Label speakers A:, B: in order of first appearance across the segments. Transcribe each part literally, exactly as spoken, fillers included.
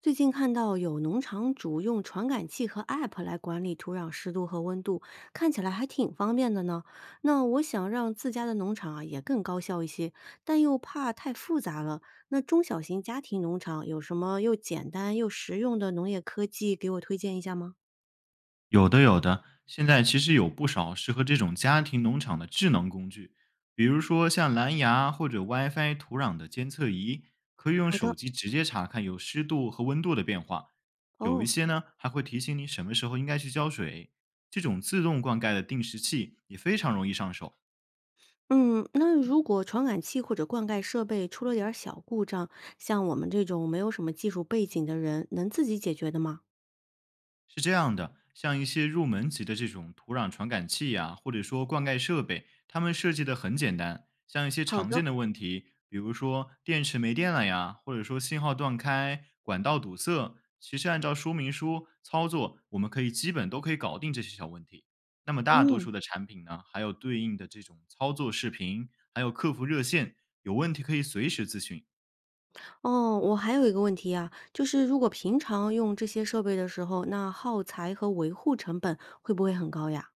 A: 最近看到有农场主用传感器和 App 来管理土壤湿度和温度，看起来还挺方便的呢。那我想让自家的农场啊也更高效一些，但又怕太复杂了。那中小型家庭农场有什么又简单又实用的农业科技给我推荐一下吗？
B: 有的，有的。现在其实有不少适合这种家庭农场的智能工具，比如说像蓝牙或者 W i Fi 土壤的监测仪，可以用
A: 好
B: 手
A: 的，
B: 机直接查看有湿度和温度的变化。有一
A: 哦，
B: 些呢还会提醒你什么时候应该去浇水。这种自动灌溉的定时器也非常容易上手。
A: 嗯，那如果传感器或者灌溉设备出了点儿小故障，像我们这种没有什么技术背景的人，能自己解决的吗？
B: 是这样的，像一些入门级的这种土壤传感器呀、或者说灌溉设备，它们设计的很简单。像一些
A: 好
B: 常
A: 的，
B: 见的问题，比如说电池没电了呀，或者说信号断开、管道堵塞，其实按照说明书操作，我们可以基本都可以搞定这些小问题。那么大多
A: 嗯。
B: 数的产品呢，还有对应的这种操作视频，还有客服热线，有问题可以随时咨询。
A: 哦，我还有一个问题啊，就是如果平常用这些设备的时候，那耗材和维护成本会不会很高呀？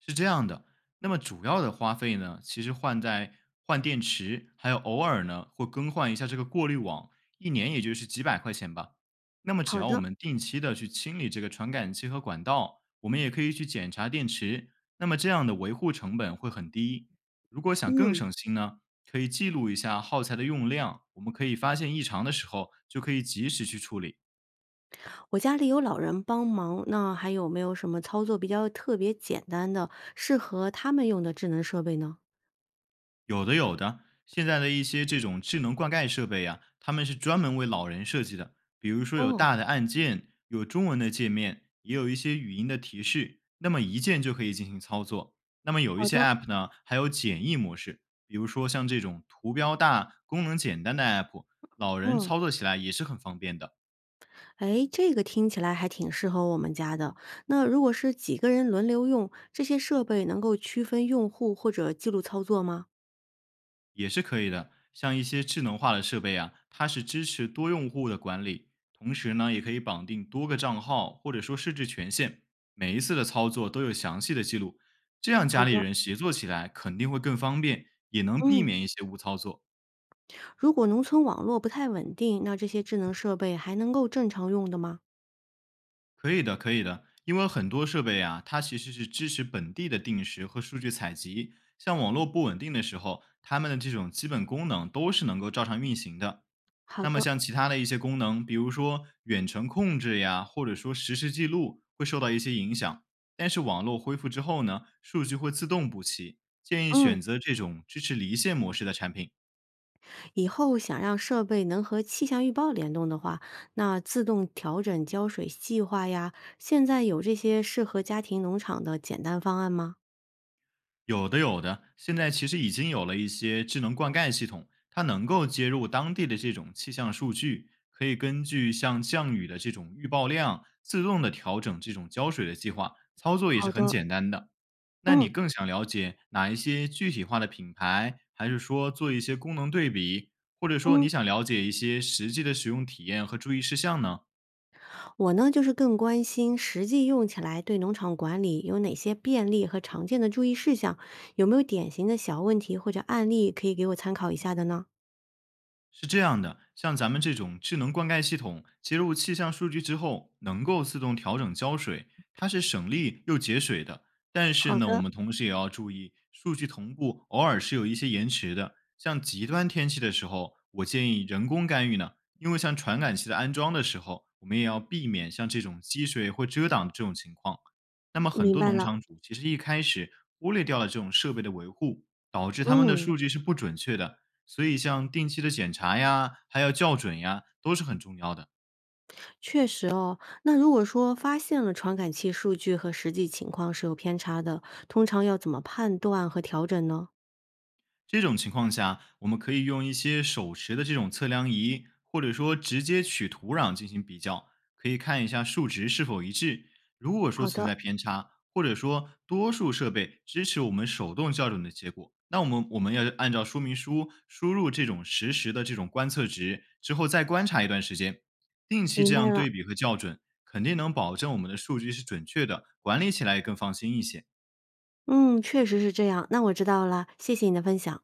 B: 是这样的，那么主要的花费呢，其实换在换电池，还有偶尔呢会更换一下这个过滤网，一年也就是几百块钱吧。那么只
A: 好
B: 要我
A: 的，
B: 们定期的去清理这个传感器和管道，我们也可以去检查电池，那么这样的维护成本会很低。如果想更
A: 嗯，
B: 省心呢，可以记录一下耗材的用量，我们可以发现异常的时候就可以及时去处理。
A: 我家里有老人帮忙，那还有没有什么操作比较特别简单的，适合他们用的智能设备呢？
B: 有的有的，现在的一些这种智能灌溉设备呀、他们是专门为老人设计的。比如说有
A: 哦，
B: 大的按键，有中文的界面，也有一些语音的提示，那么一键就可以进行操作。那么有一
A: 好
B: 些
A: 的，
B: App 呢，还有简易模式，比如说像这种图标大、功能简单的 App，老人
A: 嗯，
B: 操作起来也是很方便的。
A: 哎，这个听起来还挺适合我们家的。那如果是几个人轮流用，这些设备能够区分用户或者记录操作吗？
B: 也是可以的。像一些智能化的设备啊，它是支持多用户的管理，同时呢，也可以绑定多个账号或者说设置权限，每一次的操作都有详细的记录，这样
A: 好
B: 家里
A: 的，
B: 人协作起来肯定会更方便，也能避
A: 嗯。
B: 免一些误操作。
A: 如果农村网络不太稳定，那这些智能设备还能够正常用的吗？
B: 可以的，可以的，因为很多设备啊，它其实是支持本地的定时和数据采集。像网络不稳定的时候，它们的这种基本功能都是能够照常运行的。
A: 好
B: 那么
A: 的，
B: 像其他的一些功能，比如说远程控制呀，或者说实时记录，会受到一些影响。但是网络恢复之后呢，数据会自动补齐。建议
A: 嗯，
B: 选择这种支持离线模式的产品。
A: 以后想让设备能和气象预报联动的话，那自动调整浇水计划呀，现在有这些适合家庭农场的简单方案吗？
B: 有的，有的。现在其实已经有了一些智能灌溉系统，它能够接入当地的这种气象数据，可以根据像降雨的这种预报量，自动的调整这种浇水的计划，操作也是
A: 好
B: 很
A: 的，
B: 简单的。那你
A: 嗯
B: 更想了解哪一些具体化的品牌，还是说做一些功能对比，或者说
A: 嗯，
B: 你想了解一些实际的使用体验和注意事项呢？
A: 我呢就是更关心实际用起来对农场管理有哪些便利和常见的注意事项，有没有典型的小问题或者案例可以给我参考一下的呢？
B: 是这样的，像咱们这种智能灌溉系统，接入气象数据之后，能够自动调整浇水，它是省力又节水的。但是
A: 好
B: 呢，我
A: 的，
B: 们同时也要注意，数据同步偶尔是有一些延迟的。像极端天气的时候，我建议人工干预呢，因为像传感器的安装的时候，我们也要避免像这种积水或遮挡的这种情况。那么很
A: 明
B: 多
A: 白
B: 农
A: 了，
B: 场主其实一开始忽略掉了这种设备的维护，导致他们的
A: 嗯。
B: 数据是不准确的，所以像定期的检查呀，还有校准呀，都是很重要的。
A: 确实哦，那如果说发现了传感器数据和实际情况是有偏差的，通常要怎么判断和调整呢？
B: 这种情况下，我们可以用一些手持的这种测量仪，或者说直接取土壤进行比较，可以看一下数值是否一致。如果说
A: 好
B: 存
A: 的，
B: 在偏差，或者说多数设备支持我们手动校准的结果，那我们我们要按照说明书输入这种实时的这种观测值，之后再观察一段时间，定期
A: 明
B: 这
A: 白
B: 样
A: 了。
B: 对比和校准，肯定能保证我们的数据是准确的，管理起来也更放心一些。
A: 嗯，确实是这样。那我知道了，谢谢你的分享。